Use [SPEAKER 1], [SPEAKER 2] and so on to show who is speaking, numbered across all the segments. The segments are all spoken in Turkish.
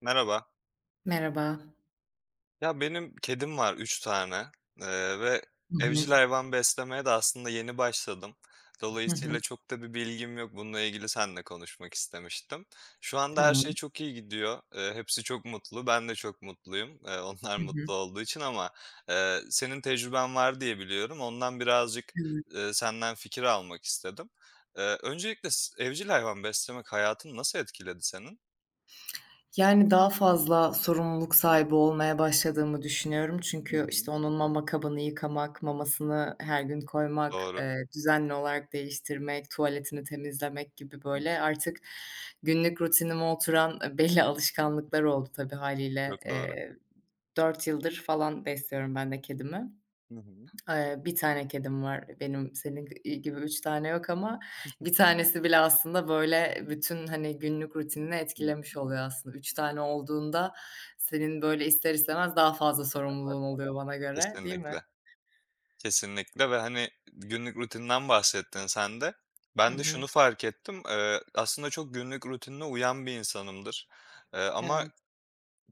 [SPEAKER 1] Merhaba.
[SPEAKER 2] Merhaba.
[SPEAKER 1] Ya benim kedim var 3 tane, ve
[SPEAKER 2] Hı
[SPEAKER 1] evcil
[SPEAKER 2] hı.
[SPEAKER 1] hayvan beslemeye de aslında yeni başladım.
[SPEAKER 2] Hı hı.
[SPEAKER 1] Dolayısıyla çok da bir bilgim yok. Bununla ilgili seninle konuşmak istemiştim. Şu anda her şey
[SPEAKER 2] Tamam.
[SPEAKER 1] çok iyi gidiyor. Hepsi çok mutlu. Ben de çok mutluyum, onlar
[SPEAKER 2] Hı hı.
[SPEAKER 1] mutlu olduğu için ama, senin tecrüben var diye biliyorum. Ondan birazcık,
[SPEAKER 2] Evet.
[SPEAKER 1] senden fikir almak istedim. Öncelikle evcil hayvan beslemek hayatını nasıl etkiledi senin?
[SPEAKER 2] Yani, daha fazla sorumluluk sahibi olmaya başladığımı düşünüyorum.
[SPEAKER 1] Hı
[SPEAKER 2] Çünkü, işte,
[SPEAKER 1] hı.
[SPEAKER 2] onun mama kabını yıkamak, mamasını her gün koymak,
[SPEAKER 1] Doğru.
[SPEAKER 2] düzenli olarak değiştirmek, tuvaletini temizlemek gibi,
[SPEAKER 1] Hı
[SPEAKER 2] böyle,
[SPEAKER 1] hı.
[SPEAKER 2] artık günlük rutinime oturan, belli alışkanlıklar oldu tabii haliyle.
[SPEAKER 1] Çok doğru.
[SPEAKER 2] 4 yıldır falan besliyorum ben de kedimi.
[SPEAKER 1] Hı hı.
[SPEAKER 2] 1 tane kedim var. Benim senin gibi 3 tane yok ama bir tanesi bile aslında, böyle, bütün, hani, günlük rutinini
[SPEAKER 1] Hı.
[SPEAKER 2] etkilemiş oluyor aslında. 3 tane olduğunda senin, böyle, ister istemez daha fazla
[SPEAKER 1] Evet,
[SPEAKER 2] sorumluluğun oluyor bana göre, değil mi?
[SPEAKER 1] kesinlikle, kesinlikle ve, hani, günlük rutinden bahsettin sen de.
[SPEAKER 2] Hı
[SPEAKER 1] Ben de
[SPEAKER 2] hı.
[SPEAKER 1] şunu fark ettim, aslında çok günlük rutinine uyan bir insanımdır, ama
[SPEAKER 2] Evet.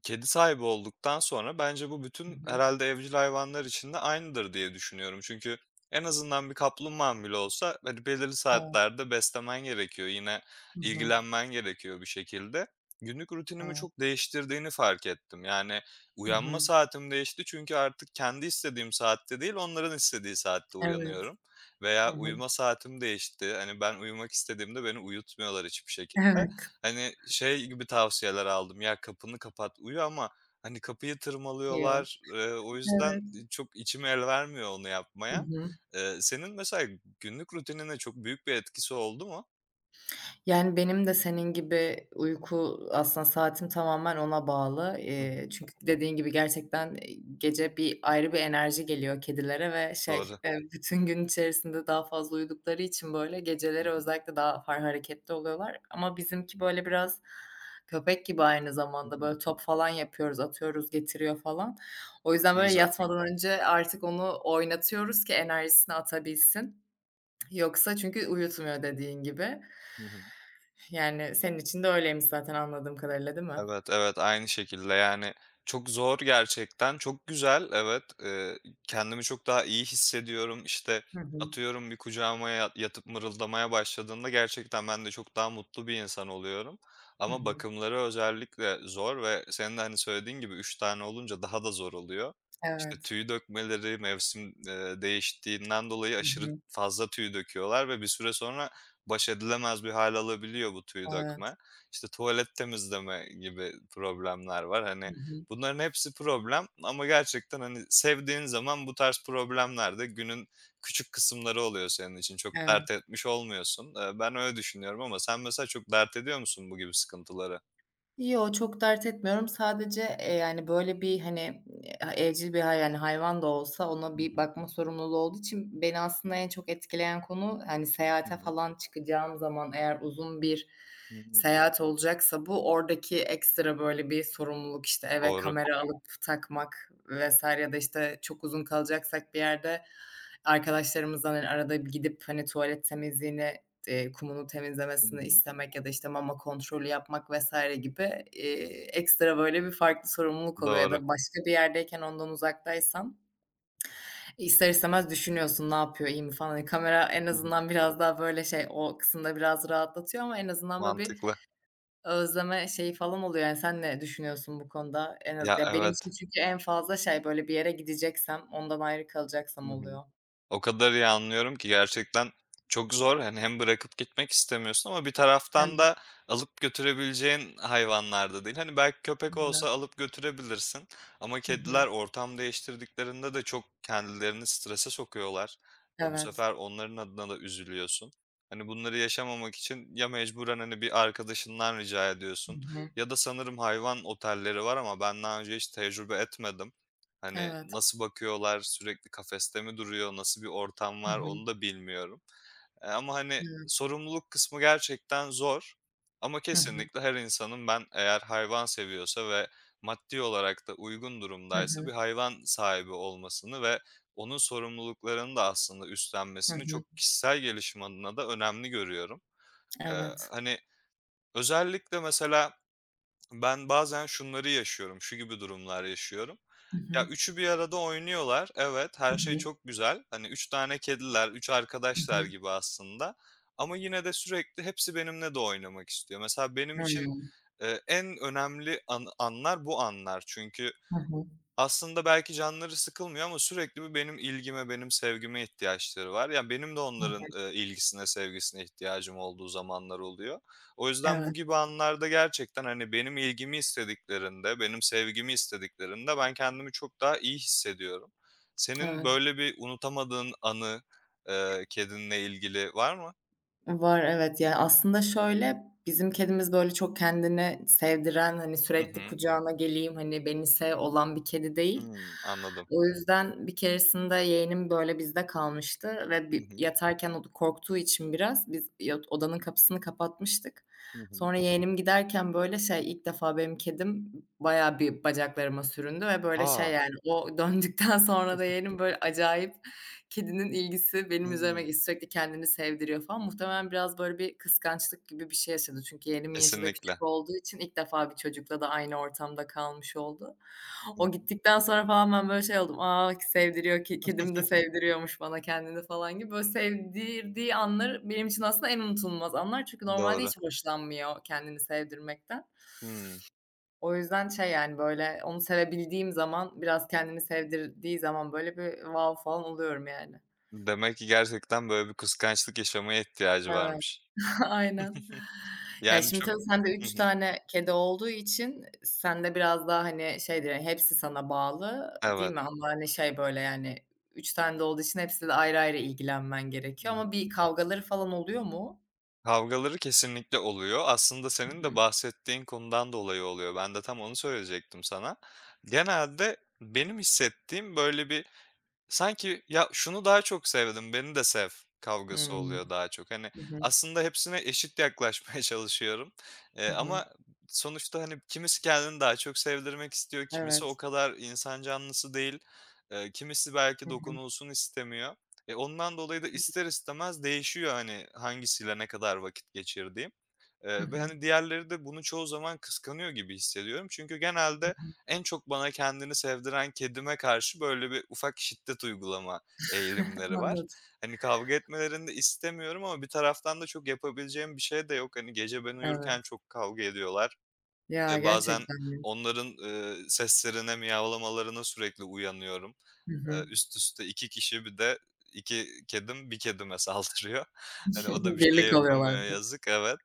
[SPEAKER 1] kedi sahibi olduktan sonra bence bu
[SPEAKER 2] Hı
[SPEAKER 1] bütün
[SPEAKER 2] hı.
[SPEAKER 1] herhalde evcil hayvanlar için de aynıdır diye düşünüyorum. Çünkü en azından bir kaplumbağan bile olsa, hani, belirli
[SPEAKER 2] Evet.
[SPEAKER 1] saatlerde beslemen gerekiyor, yine
[SPEAKER 2] Hı hı.
[SPEAKER 1] ilgilenmen gerekiyor bir şekilde. Günlük rutinimi
[SPEAKER 2] Evet.
[SPEAKER 1] çok değiştirdiğini fark ettim. Yani
[SPEAKER 2] Hı
[SPEAKER 1] uyanma
[SPEAKER 2] hı.
[SPEAKER 1] saatim değişti çünkü artık kendi istediğim saatte değil, onların istediği saatte
[SPEAKER 2] Evet.
[SPEAKER 1] uyanıyorum veya
[SPEAKER 2] Hı hı.
[SPEAKER 1] uyuma saatim değişti. Hani, ben uyumak istediğimde beni uyutmuyorlar hiçbir şekilde.
[SPEAKER 2] Evet.
[SPEAKER 1] Hani, şey gibi tavsiyeler aldım, "Ya, kapını kapat, uyu." ama, hani, kapıyı
[SPEAKER 2] Yo.
[SPEAKER 1] tırmalıyorlar. O yüzden,
[SPEAKER 2] Evet.
[SPEAKER 1] çok içim el vermiyor onu
[SPEAKER 2] Hı
[SPEAKER 1] yapmaya.
[SPEAKER 2] hı.
[SPEAKER 1] Senin mesela günlük rutinine çok büyük bir etkisi oldu mu?
[SPEAKER 2] Yani, benim de senin gibi uyku aslında saatim tamamen ona bağlı.
[SPEAKER 1] Hı
[SPEAKER 2] Eee,
[SPEAKER 1] hı.
[SPEAKER 2] çünkü dediğin gibi gerçekten, gece bir ayrı bir enerji geliyor kedilere ve şey,
[SPEAKER 1] Doğru.
[SPEAKER 2] bütün gün içerisinde daha fazla uyudukları için, böyle,
[SPEAKER 1] Hı
[SPEAKER 2] geceleri
[SPEAKER 1] hı.
[SPEAKER 2] özellikle daha hareketli oluyorlar ama bizimki, böyle, biraz köpek gibi aynı zamanda, böyle,
[SPEAKER 1] Hımm.
[SPEAKER 2] top falan yapıyoruz, atıyoruz, getiriyor falan. O yüzden,
[SPEAKER 1] Ne
[SPEAKER 2] böyle,
[SPEAKER 1] güzel.
[SPEAKER 2] yatmadan önce artık onu oynatıyoruz ki enerjisini atabilsin. Yoksa çünkü uyutmuyor dediğin gibi.
[SPEAKER 1] Hı hı.
[SPEAKER 2] Yani, senin için de öyleymiş zaten anladığım kadarıyla, değil mi?
[SPEAKER 1] Evet, evet, aynı şekilde. Yani, çok zor gerçekten. Çok güzel, evet. Kendimi çok daha iyi hissediyorum. İşte
[SPEAKER 2] Hı hı.
[SPEAKER 1] atıyorum bir kucağıma ya yatıp mırıldamaya başladığında gerçekten ben de çok daha mutlu bir insan oluyorum.
[SPEAKER 2] Hı
[SPEAKER 1] Ama
[SPEAKER 2] hı.
[SPEAKER 1] bakımları özellikle zor ve senin de, hani, söylediğin gibi 3 tane olunca daha da zor oluyor. İşte,
[SPEAKER 2] Evet.
[SPEAKER 1] tüy dökmeleri mevsim, değiştiğinden dolayı
[SPEAKER 2] Hı
[SPEAKER 1] aşırı
[SPEAKER 2] hı.
[SPEAKER 1] fazla tüy döküyorlar ve bir süre sonra baş edilemez bir hal alabiliyor bu tüy
[SPEAKER 2] Evet.
[SPEAKER 1] dökme. İşte tuvalet temizleme gibi problemler var. Hani,
[SPEAKER 2] Hı hı.
[SPEAKER 1] bunların hepsi problem ama gerçekten, hani, sevdiğin zaman bu tarz problemler de günün küçük kısımları oluyor senin için. Çok dert
[SPEAKER 2] Evet.
[SPEAKER 1] etmiş olmuyorsun. Ben öyle düşünüyorum ama sen mesela çok dert ediyor musun bu gibi sıkıntıları?
[SPEAKER 2] Yo, çok dert etmiyorum. Sadece, yani, böyle, bir, hani, evcil bir yani, hayvan da olsa ona
[SPEAKER 1] Hı
[SPEAKER 2] bir
[SPEAKER 1] hı.
[SPEAKER 2] bakma sorumluluğu olduğu için beni aslında en çok etkileyen konu, hani,
[SPEAKER 1] Hı
[SPEAKER 2] seyahate
[SPEAKER 1] hı.
[SPEAKER 2] falan çıkacağım zaman eğer uzun bir
[SPEAKER 1] Hı hı.
[SPEAKER 2] seyahat olacaksa bu oradaki ekstra, böyle, bir sorumluluk, işte, eve
[SPEAKER 1] Doğru.
[SPEAKER 2] kamera, evet, alıp takmak vesaire ya da, işte, çok uzun kalacaksak bir yerde arkadaşlarımızdan, hani, arada bir gidip, hani, tuvalet temizliğini, kumunu
[SPEAKER 1] Hı
[SPEAKER 2] temizlemesini
[SPEAKER 1] hı.
[SPEAKER 2] istemek ya da, işte, mama kontrolü yapmak vesaire gibi, ekstra, böyle, bir farklı sorumluluk oluyor ya
[SPEAKER 1] Doğru.
[SPEAKER 2] da başka bir yerdeyken ondan uzaktaysan ister istemez düşünüyorsun, "Ne yapıyor, iyi mi?" falan. Hani, kamera en
[SPEAKER 1] Hı hı.
[SPEAKER 2] azından biraz daha, böyle, şey, o kısımda biraz rahatlatıyor ama en azından, böyle, bir
[SPEAKER 1] Mantıklı.
[SPEAKER 2] özleme şeyi falan oluyor. Yani sen ne düşünüyorsun bu konuda? En az
[SPEAKER 1] Ya,
[SPEAKER 2] ya, benim için
[SPEAKER 1] evet.
[SPEAKER 2] çünkü en fazla şey, böyle, bir yere gideceksem, ondan ayrı kalacaksam oluyor.
[SPEAKER 1] O kadar iyi anlıyorum ki gerçekten çok zor. Hani hem bırakıp gitmek istemiyorsun ama bir taraftan
[SPEAKER 2] Evet,
[SPEAKER 1] da alıp götürebileceğin hayvanlar da değil. Hani belki köpek
[SPEAKER 2] aynen.
[SPEAKER 1] olsa alıp götürebilirsin ama
[SPEAKER 2] Hı hı.
[SPEAKER 1] kediler ortam değiştirdiklerinde de çok kendilerini strese sokuyorlar. E, bu
[SPEAKER 2] Evet.
[SPEAKER 1] sefer onların adına da üzülüyorsun. Hani bunları yaşamamak için ya mecburen hani bir arkadaşından rica
[SPEAKER 2] Hı
[SPEAKER 1] ediyorsun
[SPEAKER 2] hı.
[SPEAKER 1] ya da sanırım hayvan otelleri var ama ben daha önce hiç tecrübe etmedim. Hani,
[SPEAKER 2] Evet.
[SPEAKER 1] nasıl bakıyorlar, sürekli kafeste mi duruyor, nasıl bir ortam
[SPEAKER 2] Hı
[SPEAKER 1] var
[SPEAKER 2] hı.
[SPEAKER 1] onu da bilmiyorum. Ama, hani,
[SPEAKER 2] Evet.
[SPEAKER 1] sorumluluk kısmı gerçekten zor ama
[SPEAKER 2] Hı hı.
[SPEAKER 1] kesinlikle her insanın ben eğer hayvan seviyorsa ve maddi olarak da uygun
[SPEAKER 2] Hı
[SPEAKER 1] durumdaysa
[SPEAKER 2] hı.
[SPEAKER 1] bir hayvan sahibi olmasını ve onun sorumluluklarını da aslında
[SPEAKER 2] Hı
[SPEAKER 1] üstlenmesini
[SPEAKER 2] hı.
[SPEAKER 1] çok kişisel gelişim adına da önemli görüyorum.
[SPEAKER 2] Evet.
[SPEAKER 1] Hani, özellikle mesela ben bazen şunları yaşıyorum, şu gibi durumlar yaşıyorum.
[SPEAKER 2] Hı
[SPEAKER 1] Ya,
[SPEAKER 2] hı.
[SPEAKER 1] üçü bir arada oynuyorlar. Evet,
[SPEAKER 2] Hı
[SPEAKER 1] her şey
[SPEAKER 2] hı.
[SPEAKER 1] çok güzel. Hani 3 tane kediler, 3
[SPEAKER 2] Hı
[SPEAKER 1] arkadaşlar
[SPEAKER 2] hı.
[SPEAKER 1] gibi aslında ama yine de sürekli hepsi benimle de oynamak istiyor. Mesela benim için,
[SPEAKER 2] Hımm.
[SPEAKER 1] en önemli anlar bu anlar. Çünkü
[SPEAKER 2] Hı hı.
[SPEAKER 1] aslında belki canları sıkılmıyor ama sürekli bir benim ilgime, benim sevgime ihtiyaçları var. Yani benim de
[SPEAKER 2] Hı hı.
[SPEAKER 1] onların, ilgisine, sevgisine ihtiyacım olduğu zamanlar oluyor. O yüzden
[SPEAKER 2] Evet,
[SPEAKER 1] bu gibi anlarda gerçekten, hani, benim ilgimi istediklerinde, benim sevgimi istediklerinde ben kendimi çok daha iyi hissediyorum. Senin
[SPEAKER 2] evet.
[SPEAKER 1] böyle bir unutamadığın anı, kedinle ilgili var mı?
[SPEAKER 2] Var, evet. Yani aslında şöyle, bizim kedimiz, böyle, çok kendini sevdiren, hani,
[SPEAKER 1] Hı
[SPEAKER 2] sürekli
[SPEAKER 1] hı.
[SPEAKER 2] kucağına geleyim, hani, beni sev olan bir kedi değil.
[SPEAKER 1] Hımm, anladım.
[SPEAKER 2] O yüzden bir keresinde yeğenim, böyle, bizde kalmıştı ve
[SPEAKER 1] Hı
[SPEAKER 2] bi
[SPEAKER 1] hı.
[SPEAKER 2] yatarken o da korktuğu için biraz biz odanın kapısını kapatmıştık.
[SPEAKER 1] Hı hı.
[SPEAKER 2] Sonra yeğenim giderken, böyle, şey, ilk defa benim kedim bayağı bir bacaklarıma süründü ve, böyle, şey,
[SPEAKER 1] A!
[SPEAKER 2] yani, o döndükten sonra da yeğenim, böyle, acayip. Kedinin ilgisi benim
[SPEAKER 1] Hımm.
[SPEAKER 2] üzerime sürekli kendini sevdiriyor falan. Muhtemelen biraz böyle bir kıskançlık gibi bir şey yaşadı. Çünkü yeğenimin yaşı da
[SPEAKER 1] Kesinlikle.
[SPEAKER 2] küçük olduğu için ilk defa bir çocukla da aynı ortamda kalmış oldu.
[SPEAKER 1] Hı
[SPEAKER 2] O
[SPEAKER 1] hı.
[SPEAKER 2] gittikten sonra falan ben böyle şey oldum, "A, sevdiriyor ki kedim de sevdiriyormuş bana kendini." falan gibi. Böyle sevdirdiği anlar benim için aslında en unutulmaz anlar. Çünkü normalde
[SPEAKER 1] Doğru.
[SPEAKER 2] hiç hoşlanmıyor kendini sevdirmekten.
[SPEAKER 1] Hımm.
[SPEAKER 2] O yüzden şey, yani, böyle onu sevebildiğim zaman, biraz kendini sevdirdiği zaman böyle bir wow falan oluyorum yani.
[SPEAKER 1] Demek ki gerçekten böyle bir kıskançlık yaşamaya ihtiyacı
[SPEAKER 2] Evet.
[SPEAKER 1] varmış.
[SPEAKER 2] Aynen. Ya,
[SPEAKER 1] Yani
[SPEAKER 2] şimdi
[SPEAKER 1] çok.
[SPEAKER 2] tabii sende
[SPEAKER 1] Hı
[SPEAKER 2] üç
[SPEAKER 1] hı.
[SPEAKER 2] tane kedi olduğu için sende biraz daha, hani, şeydir, hani, hepsi sana bağlı, değil
[SPEAKER 1] Evet.
[SPEAKER 2] mi? Ama, hani, şey, böyle, yani, 3 tane de olduğu için hepsiyle ayrı ayrı ilgilenmen
[SPEAKER 1] Hı
[SPEAKER 2] gerekiyor
[SPEAKER 1] hı.
[SPEAKER 2] ama bir kavgaları falan oluyor mu?
[SPEAKER 1] Kavgaları kesinlikle oluyor. Aslında
[SPEAKER 2] Hı
[SPEAKER 1] senin
[SPEAKER 2] hı.
[SPEAKER 1] de bahsettiğin konudan dolayı oluyor. Ben de tam onu söyleyecektim sana. Genelde benim hissettiğim böyle bir, sanki ya, şunu daha çok sevdim, beni de sev kavgası
[SPEAKER 2] Hımm.
[SPEAKER 1] oluyor daha çok. Hani,
[SPEAKER 2] Hı hı.
[SPEAKER 1] aslında hepsine eşit yaklaşmaya çalışıyorum,
[SPEAKER 2] Hı hı.
[SPEAKER 1] ama sonuçta, hani, kimisi kendini daha çok sevdirmek istiyor, kimisi o
[SPEAKER 2] Evet.
[SPEAKER 1] kadar insan canlısı değil, kimisi
[SPEAKER 2] Hı
[SPEAKER 1] belki
[SPEAKER 2] hı.
[SPEAKER 1] dokunulsun istemiyor. E, ondan dolayı da ister istemez değişiyor, hani, hangisiyle ne kadar vakit geçirdiğim.
[SPEAKER 2] Hı
[SPEAKER 1] Ve,
[SPEAKER 2] hı.
[SPEAKER 1] hani, diğerleri de bunu çoğu zaman kıskanıyor gibi hissediyorum. Çünkü
[SPEAKER 2] Hı
[SPEAKER 1] genelde
[SPEAKER 2] hı.
[SPEAKER 1] en çok bana kendini sevdiren kedime karşı böyle bir ufak şiddet uygulama eğilimleri var.
[SPEAKER 2] Anladım.
[SPEAKER 1] Hani, kavga etmelerini de istemiyorum ama bir taraftan da çok yapabileceğim bir şey de yok. Hani, gece ben uyurken
[SPEAKER 2] Evet.
[SPEAKER 1] çok kavga ediyorlar.
[SPEAKER 2] Ya,
[SPEAKER 1] Bazen
[SPEAKER 2] gerçekten mi?
[SPEAKER 1] onların, seslerine, miyavlamalarına sürekli uyanıyorum.
[SPEAKER 2] Hı hı.
[SPEAKER 1] Üst üste 2 kişi bir de 2 kedim bir kedime saldırıyor. Hani, o da bir şey
[SPEAKER 2] Birlik oluyorlar.
[SPEAKER 1] yapamıyor yazık. Evet.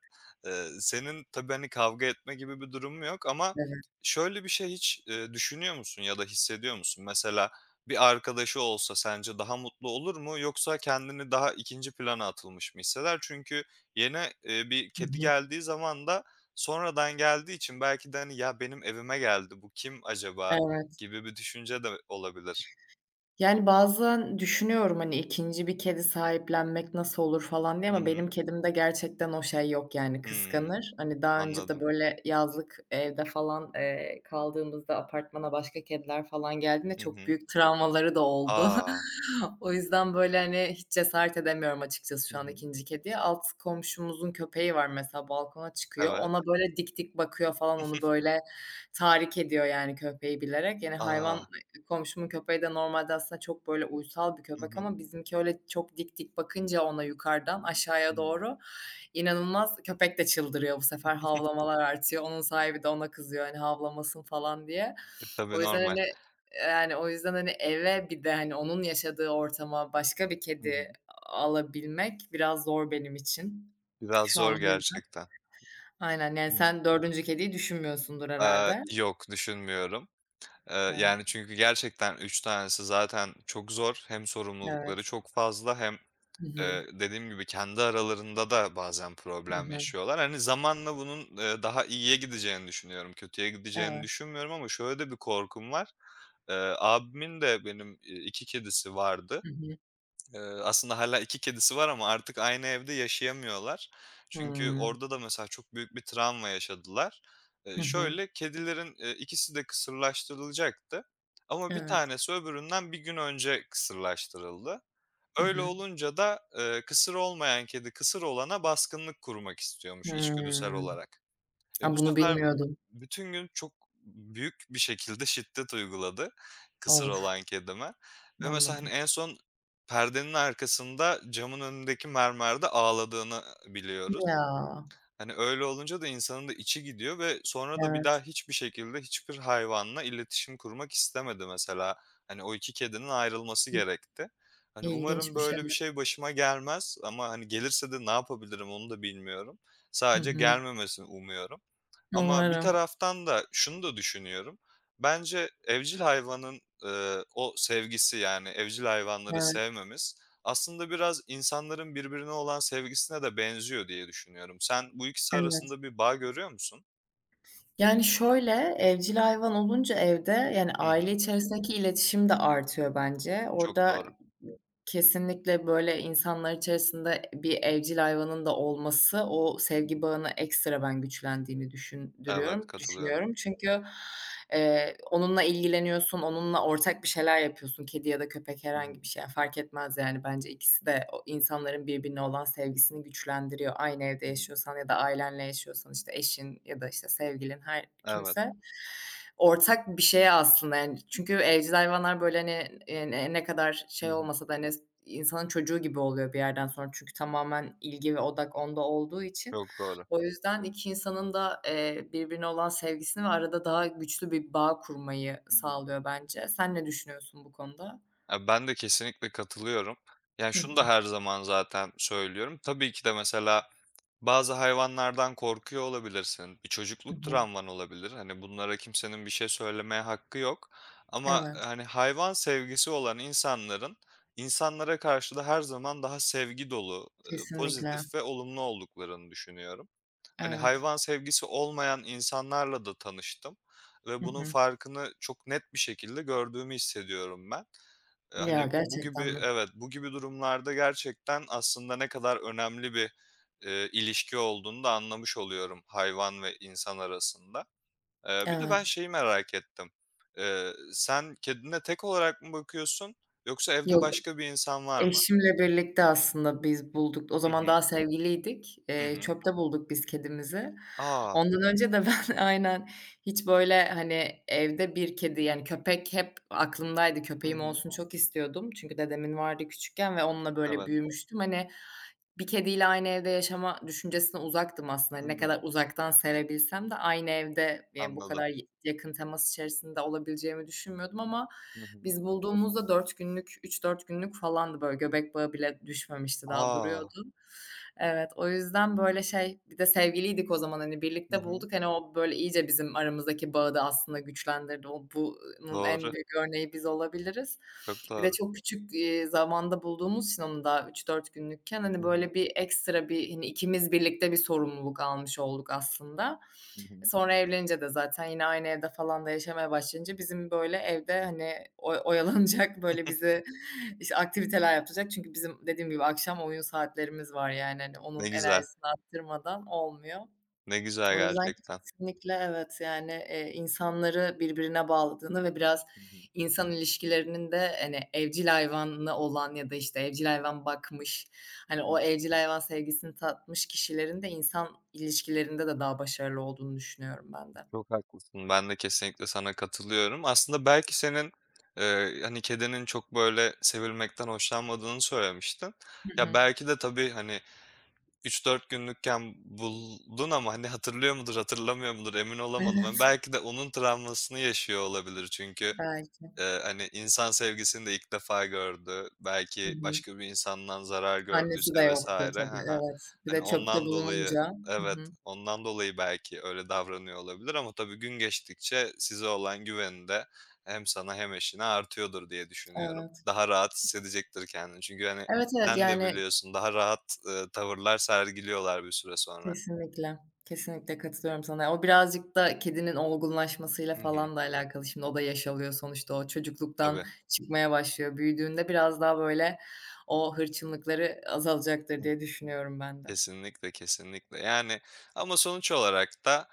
[SPEAKER 1] Senin tabii, hani, kavga etme gibi bir durum yok ama
[SPEAKER 2] Evet.
[SPEAKER 1] şöyle bir şey hiç, düşünüyor musun ya da hissediyor musun? Mesela bir arkadaşı olsa sence daha mutlu olur mu yoksa kendini daha ikinci plana atılmış mı hisseder? Çünkü yeni, bir
[SPEAKER 2] Hı
[SPEAKER 1] kedi
[SPEAKER 2] hı.
[SPEAKER 1] geldiği zaman da sonradan geldiği için belki de, hani, "Ya, benim evime geldi, bu kim acaba?"
[SPEAKER 2] Evet.
[SPEAKER 1] gibi bir düşünce de olabilir.
[SPEAKER 2] Yani, bazen düşünüyorum, hani, ikinci bir kedi sahiplenmek nasıl olur falan diye
[SPEAKER 1] Hı
[SPEAKER 2] ama
[SPEAKER 1] hı.
[SPEAKER 2] benim kedimde gerçekten o şey yok, yani,
[SPEAKER 1] Hımm,
[SPEAKER 2] kıskanır. Hani, daha önce de,
[SPEAKER 1] anladım.
[SPEAKER 2] böyle, yazlık evde falan, kaldığımızda apartmana başka kediler falan geldiğinde
[SPEAKER 1] Hı
[SPEAKER 2] çok
[SPEAKER 1] hı.
[SPEAKER 2] büyük travmaları da oldu.
[SPEAKER 1] A!
[SPEAKER 2] O yüzden, böyle, hani, hiç cesaret edemiyorum açıkçası
[SPEAKER 1] Hı
[SPEAKER 2] şu an
[SPEAKER 1] hı.
[SPEAKER 2] ikinci kediye. Alt komşumuzun köpeği var mesela, balkona çıkıyor.
[SPEAKER 1] Evet.
[SPEAKER 2] Ona, böyle, dik dik bakıyor falan, onu, böyle, tahrik ediyor, yani, köpeği bilerek. Yani, hayvan.
[SPEAKER 1] A!
[SPEAKER 2] Komşumun köpeği de normalde aslında çok böyle uysal bir
[SPEAKER 1] Hı
[SPEAKER 2] köpek
[SPEAKER 1] hı.
[SPEAKER 2] ama bizimki öyle çok dik dik bakınca ona yukarıdan aşağıya
[SPEAKER 1] Hımm.
[SPEAKER 2] doğru, inanılmaz, köpek de çıldırıyor, bu sefer havlamalar artıyor. Onun sahibi de ona kızıyor, hani, "Havlamasın." falan diye.
[SPEAKER 1] E, tabii
[SPEAKER 2] O yüzden,
[SPEAKER 1] normal.
[SPEAKER 2] hani, eve bir de, hani, onun yaşadığı ortama başka bir
[SPEAKER 1] Hı hı.
[SPEAKER 2] kedi alabilmek biraz zor benim için.
[SPEAKER 1] Biraz
[SPEAKER 2] Şu an
[SPEAKER 1] zor
[SPEAKER 2] o yüzden.
[SPEAKER 1] gerçekten.
[SPEAKER 2] Aynen, yani,
[SPEAKER 1] Hımm.
[SPEAKER 2] sen dördüncü kediyi düşünmüyorsundur herhalde.
[SPEAKER 1] Yok düşünmüyorum.
[SPEAKER 2] Evet,
[SPEAKER 1] Yani, çünkü gerçekten 3 tanesi zaten çok zor. Hem sorumlulukları
[SPEAKER 2] evet.
[SPEAKER 1] çok fazla hem.
[SPEAKER 2] Hı hı.
[SPEAKER 1] Dediğim gibi kendi aralarında da bazen
[SPEAKER 2] Hı
[SPEAKER 1] problem
[SPEAKER 2] hı.
[SPEAKER 1] yaşıyorlar. Hani zamanla bunun, daha iyiye gideceğini düşünüyorum. Kötüye gideceğini
[SPEAKER 2] Evet.
[SPEAKER 1] düşünmüyorum ama şöyle de bir korkum var. Abimin de benim, 2 kedisi vardı.
[SPEAKER 2] Hı hı.
[SPEAKER 1] Aslında hala 2 kedisi var ama artık aynı evde yaşayamıyorlar. Çünkü
[SPEAKER 2] Hımm.
[SPEAKER 1] orada da mesela çok büyük bir travma yaşadılar.
[SPEAKER 2] Hı hı.
[SPEAKER 1] Şöyle, kedilerin, ikisi de kısırlaştırılacaktı ama bir
[SPEAKER 2] Evet.
[SPEAKER 1] tanesi öbüründen bir gün önce kısırlaştırıldı.
[SPEAKER 2] Hı
[SPEAKER 1] Öyle
[SPEAKER 2] hı.
[SPEAKER 1] olunca da, kısır olmayan kedi kısır olana baskınlık kurmak istiyormuş içgüdüsel
[SPEAKER 2] Hımm.
[SPEAKER 1] olarak. E, bu
[SPEAKER 2] Ha, bunu
[SPEAKER 1] sefer
[SPEAKER 2] bilmiyordum.
[SPEAKER 1] bütün gün çok büyük bir şekilde şiddet uyguladı kısır
[SPEAKER 2] Of,
[SPEAKER 1] olan kedime ve mesela, hani,
[SPEAKER 2] anladım.
[SPEAKER 1] en son perdenin arkasında camın önündeki mermerde ağladığını biliyoruz.
[SPEAKER 2] Ya,
[SPEAKER 1] Hani, öyle olunca da insanın da içi gidiyor ve sonra da bir daha
[SPEAKER 2] evet.
[SPEAKER 1] hiçbir şekilde hiçbir hayvanla iletişim kurmak istemedi mesela. Hani, o 2 kedinin ayrılması gerekti.
[SPEAKER 2] İ
[SPEAKER 1] Hani, umarım
[SPEAKER 2] ilginçmiş,
[SPEAKER 1] böyle bir
[SPEAKER 2] evet.
[SPEAKER 1] şey başıma gelmez ama, hani, gelirse de ne yapabilirim onu da bilmiyorum.
[SPEAKER 2] Hı
[SPEAKER 1] Sadece
[SPEAKER 2] hı.
[SPEAKER 1] gelmemesini umuyorum. Ama bir
[SPEAKER 2] Umarım.
[SPEAKER 1] taraftan da şunu da düşünüyorum. Bence evcil hayvanın, o sevgisi, yani, evcil hayvanları
[SPEAKER 2] Evet,
[SPEAKER 1] sevmemiz aslında biraz insanların birbirine olan sevgisine de benziyor diye düşünüyorum. Sen bu ikisi
[SPEAKER 2] evet.
[SPEAKER 1] arasında bir bağ görüyor musun?
[SPEAKER 2] Yani, şöyle, evcil hayvan olunca evde, yani,
[SPEAKER 1] Hı
[SPEAKER 2] aile
[SPEAKER 1] hı.
[SPEAKER 2] içerisindeki iletişim de artıyor bence.
[SPEAKER 1] Çok
[SPEAKER 2] Orada.
[SPEAKER 1] doğru.
[SPEAKER 2] Kesinlikle, böyle, insanlar içerisinde bir evcil hayvanın da olması o
[SPEAKER 1] Hı hı.
[SPEAKER 2] sevgi bağını ekstra ben güçlendiğini
[SPEAKER 1] Evet,
[SPEAKER 2] düşündürüyorum
[SPEAKER 1] katılıyorum.
[SPEAKER 2] düşünüyorum. Çünkü, onunla ilgileniyorsun, onunla ortak bir şeyler yapıyorsun. Kedi ya da köpek
[SPEAKER 1] Hı hı.
[SPEAKER 2] herhangi bir şey, yani fark etmez, yani, bence ikisi de o insanların birbirine olan sevgisini güçlendiriyor. Aynı evde
[SPEAKER 1] Hı hı.
[SPEAKER 2] yaşıyorsan ya da ailenle yaşıyorsan, işte, eşin ya da, işte, sevgilin her
[SPEAKER 1] Evet.
[SPEAKER 2] kimse. Ortak bir şeye aslında, yani, çünkü evcil hayvanlar, böyle, hani, ne kadar
[SPEAKER 1] Hı
[SPEAKER 2] şey
[SPEAKER 1] hı.
[SPEAKER 2] olmasa da, hani, insanın çocuğu gibi oluyor bir yerden sonra. Çünkü tamamen ilgi ve odak onda olduğu için.
[SPEAKER 1] Çok doğru.
[SPEAKER 2] O yüzden 2 insanın da, birbirine olan sevgisini ve arada daha güçlü bir bağ kurmayı
[SPEAKER 1] Hı hı.
[SPEAKER 2] sağlıyor bence. Sen ne düşünüyorsun bu konuda?
[SPEAKER 1] Ya, ben de kesinlikle katılıyorum. Yani
[SPEAKER 2] Hı
[SPEAKER 1] şunu
[SPEAKER 2] hı.
[SPEAKER 1] da her zaman zaten söylüyorum. Tabii ki de mesela bazı hayvanlardan korkuyor olabilirsin. Bir
[SPEAKER 2] Hı
[SPEAKER 1] çocukluk
[SPEAKER 2] hı.
[SPEAKER 1] travman olabilir. Hani, bunlara kimsenin bir şey söylemeye hakkı yok ama,
[SPEAKER 2] Evet,
[SPEAKER 1] hani, hayvan sevgisi olan insanların insanlara karşı da her zaman daha sevgi dolu,
[SPEAKER 2] kesinlikle.
[SPEAKER 1] pozitif ve olumlu olduklarını düşünüyorum. Hani,
[SPEAKER 2] Evet.
[SPEAKER 1] hayvan sevgisi olmayan insanlarla da tanıştım ve
[SPEAKER 2] Hı
[SPEAKER 1] bunun
[SPEAKER 2] hı.
[SPEAKER 1] farkını çok net bir şekilde gördüğümü hissediyorum ben.
[SPEAKER 2] Ya,
[SPEAKER 1] Hani, bu gibi,
[SPEAKER 2] gerçekten mi?
[SPEAKER 1] evet, bu gibi durumlarda gerçekten aslında ne kadar önemli bir, ilişki olduğunu da anlamış oluyorum hayvan ve insan arasında. Bir de ben
[SPEAKER 2] Evet.
[SPEAKER 1] şeyi merak ettim. Sen kedine tek olarak mı bakıyorsun yoksa evde
[SPEAKER 2] Yok.
[SPEAKER 1] başka bir insan var mı?
[SPEAKER 2] Eşimle birlikte aslında biz bulduk. O
[SPEAKER 1] Hı
[SPEAKER 2] zaman
[SPEAKER 1] hı.
[SPEAKER 2] daha sevgiliydik.
[SPEAKER 1] Hı
[SPEAKER 2] Eee,
[SPEAKER 1] hı.
[SPEAKER 2] çöpte bulduk biz kedimizi.
[SPEAKER 1] A!
[SPEAKER 2] Ondan önce de ben aynen hiç, böyle, hani, evde bir kedi, yani, köpek hep aklımdaydı.
[SPEAKER 1] Hı
[SPEAKER 2] Köpeğim
[SPEAKER 1] hı.
[SPEAKER 2] olsun çok istiyordum. Çünkü dedemin vardı küçükken ve onunla, böyle,
[SPEAKER 1] Evet.
[SPEAKER 2] büyümüştüm. Hani bir kediyle aynı evde yaşama düşüncesine uzaktım aslında. Ne kadar
[SPEAKER 1] Hımm.
[SPEAKER 2] uzaktan sevebilsem de aynı evde, bu
[SPEAKER 1] Anladım.
[SPEAKER 2] kadar yakın temas içerisinde olabileceğimi düşünmüyordum ama
[SPEAKER 1] Hı hı.
[SPEAKER 2] biz bulduğumuzda 4 günlük, 3-4 günlük falandı, böyle, göbek bağı bile düşmemişti, daha
[SPEAKER 1] A!
[SPEAKER 2] duruyordu. Evet, o yüzden, böyle, şey bir de sevgiliydik o zaman, hani,
[SPEAKER 1] Hı
[SPEAKER 2] birlikte
[SPEAKER 1] hı.
[SPEAKER 2] bulduk. Hani, o böyle iyice bizim aramızdaki bağı da aslında güçlendirdi. O bunun en
[SPEAKER 1] Doğru,
[SPEAKER 2] büyük örneği biz olabiliriz.
[SPEAKER 1] çok
[SPEAKER 2] Bir de
[SPEAKER 1] doğru.
[SPEAKER 2] çok küçük, zamanda bulduğumuz için onu da 3-4 günlükken, hani,
[SPEAKER 1] Hı hı.
[SPEAKER 2] böyle bir ekstra bir, hani, ikimiz birlikte bir sorumluluk almış olduk aslında.
[SPEAKER 1] Hı hı.
[SPEAKER 2] Sonra evlenince de zaten yine aynı evde falan da yaşamaya başlayınca bizim böyle evde, hani, oyalanacak, böyle bizi, işte, aktiviteler yapacak. Çünkü bizim dediğim gibi akşam oyun saatlerimiz var, yani, hani, onun
[SPEAKER 1] Ne güzel,
[SPEAKER 2] enerjisini arttırmadan olmuyor.
[SPEAKER 1] ne güzel
[SPEAKER 2] O yüzden
[SPEAKER 1] gerçekten.
[SPEAKER 2] kesinlikle evet, yani, insanları birbirine bağladığını ve biraz
[SPEAKER 1] Hı hı.
[SPEAKER 2] insan ilişkilerinin de, hani, evcil hayvanı olan ya da, işte, evcil hayvan bakmış, hani, o evcil hayvan sevgisini tatmış kişilerin de insan ilişkilerinde de daha başarılı olduğunu düşünüyorum ben de.
[SPEAKER 1] Çok haklısın. Ben de kesinlikle sana katılıyorum. Aslında belki senin, hani, kedinin çok, böyle, sevilmekten hoşlanmadığını söylemiştin.
[SPEAKER 2] Hı
[SPEAKER 1] Ya,
[SPEAKER 2] hı.
[SPEAKER 1] belki de tabii, hani, üç dört günlükken buldun ama, hani, hatırlıyor mudur, hatırlamıyor mudur emin olamadım.
[SPEAKER 2] Evet,
[SPEAKER 1] Hani, belki de onun travmasını yaşıyor olabilir çünkü
[SPEAKER 2] belki.
[SPEAKER 1] Hani, insan sevgisini de ilk defa gördü.
[SPEAKER 2] Hı
[SPEAKER 1] Belki
[SPEAKER 2] hı.
[SPEAKER 1] başka bir insandan zarar
[SPEAKER 2] Annesi de
[SPEAKER 1] gördüyse
[SPEAKER 2] yoktu
[SPEAKER 1] vs. Hı
[SPEAKER 2] tabii,
[SPEAKER 1] hı.
[SPEAKER 2] evet. Bir
[SPEAKER 1] Hani,
[SPEAKER 2] de çöpte
[SPEAKER 1] ondan dolayı,
[SPEAKER 2] bulununca. Hı
[SPEAKER 1] evet,
[SPEAKER 2] hı.
[SPEAKER 1] ondan dolayı belki öyle davranıyor olabilir ama tabii gün geçtikçe size olan güveni de hem sana hem eşine artıyordur diye düşünüyorum.
[SPEAKER 2] Evet.
[SPEAKER 1] Daha rahat hissedecektir kendini. Çünkü, hani,
[SPEAKER 2] Evet, evet,
[SPEAKER 1] sen de
[SPEAKER 2] yani.
[SPEAKER 1] biliyorsun daha rahat, tavırlar sergiliyorlar bir süre sonra.
[SPEAKER 2] Kesinlikle, kesinlikle katılıyorum sana. O birazcık da kedinin olgunlaşmasıyla
[SPEAKER 1] Hı hı.
[SPEAKER 2] falan da alakalı. Şimdi o da yaş alıyor sonuçta. O çocukluktan
[SPEAKER 1] Tabii.
[SPEAKER 2] çıkmaya başlıyor. Büyüdüğünde biraz daha böyle o hırçınlıkları azalacaktır
[SPEAKER 1] Hı
[SPEAKER 2] diye
[SPEAKER 1] hı.
[SPEAKER 2] düşünüyorum ben de.
[SPEAKER 1] Kesinlikle, kesinlikle. Yani ama sonuç olarak da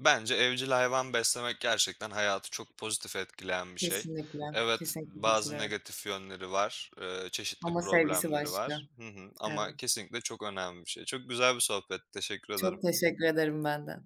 [SPEAKER 1] bence evcil hayvan beslemek gerçekten hayatı çok pozitif etkileyen bir şey.
[SPEAKER 2] Kesinlikle,
[SPEAKER 1] Evet,
[SPEAKER 2] kesinlikle
[SPEAKER 1] bazı
[SPEAKER 2] katılıyorum.
[SPEAKER 1] negatif yönleri var, çeşitli
[SPEAKER 2] Ama sevgisi
[SPEAKER 1] problemleri
[SPEAKER 2] başka.
[SPEAKER 1] var. Hı hı, ama
[SPEAKER 2] Evet.
[SPEAKER 1] kesinlikle çok önemli bir şey. Çok güzel bir sohbet. Teşekkür ederim.
[SPEAKER 2] Çok teşekkür ederim ben de.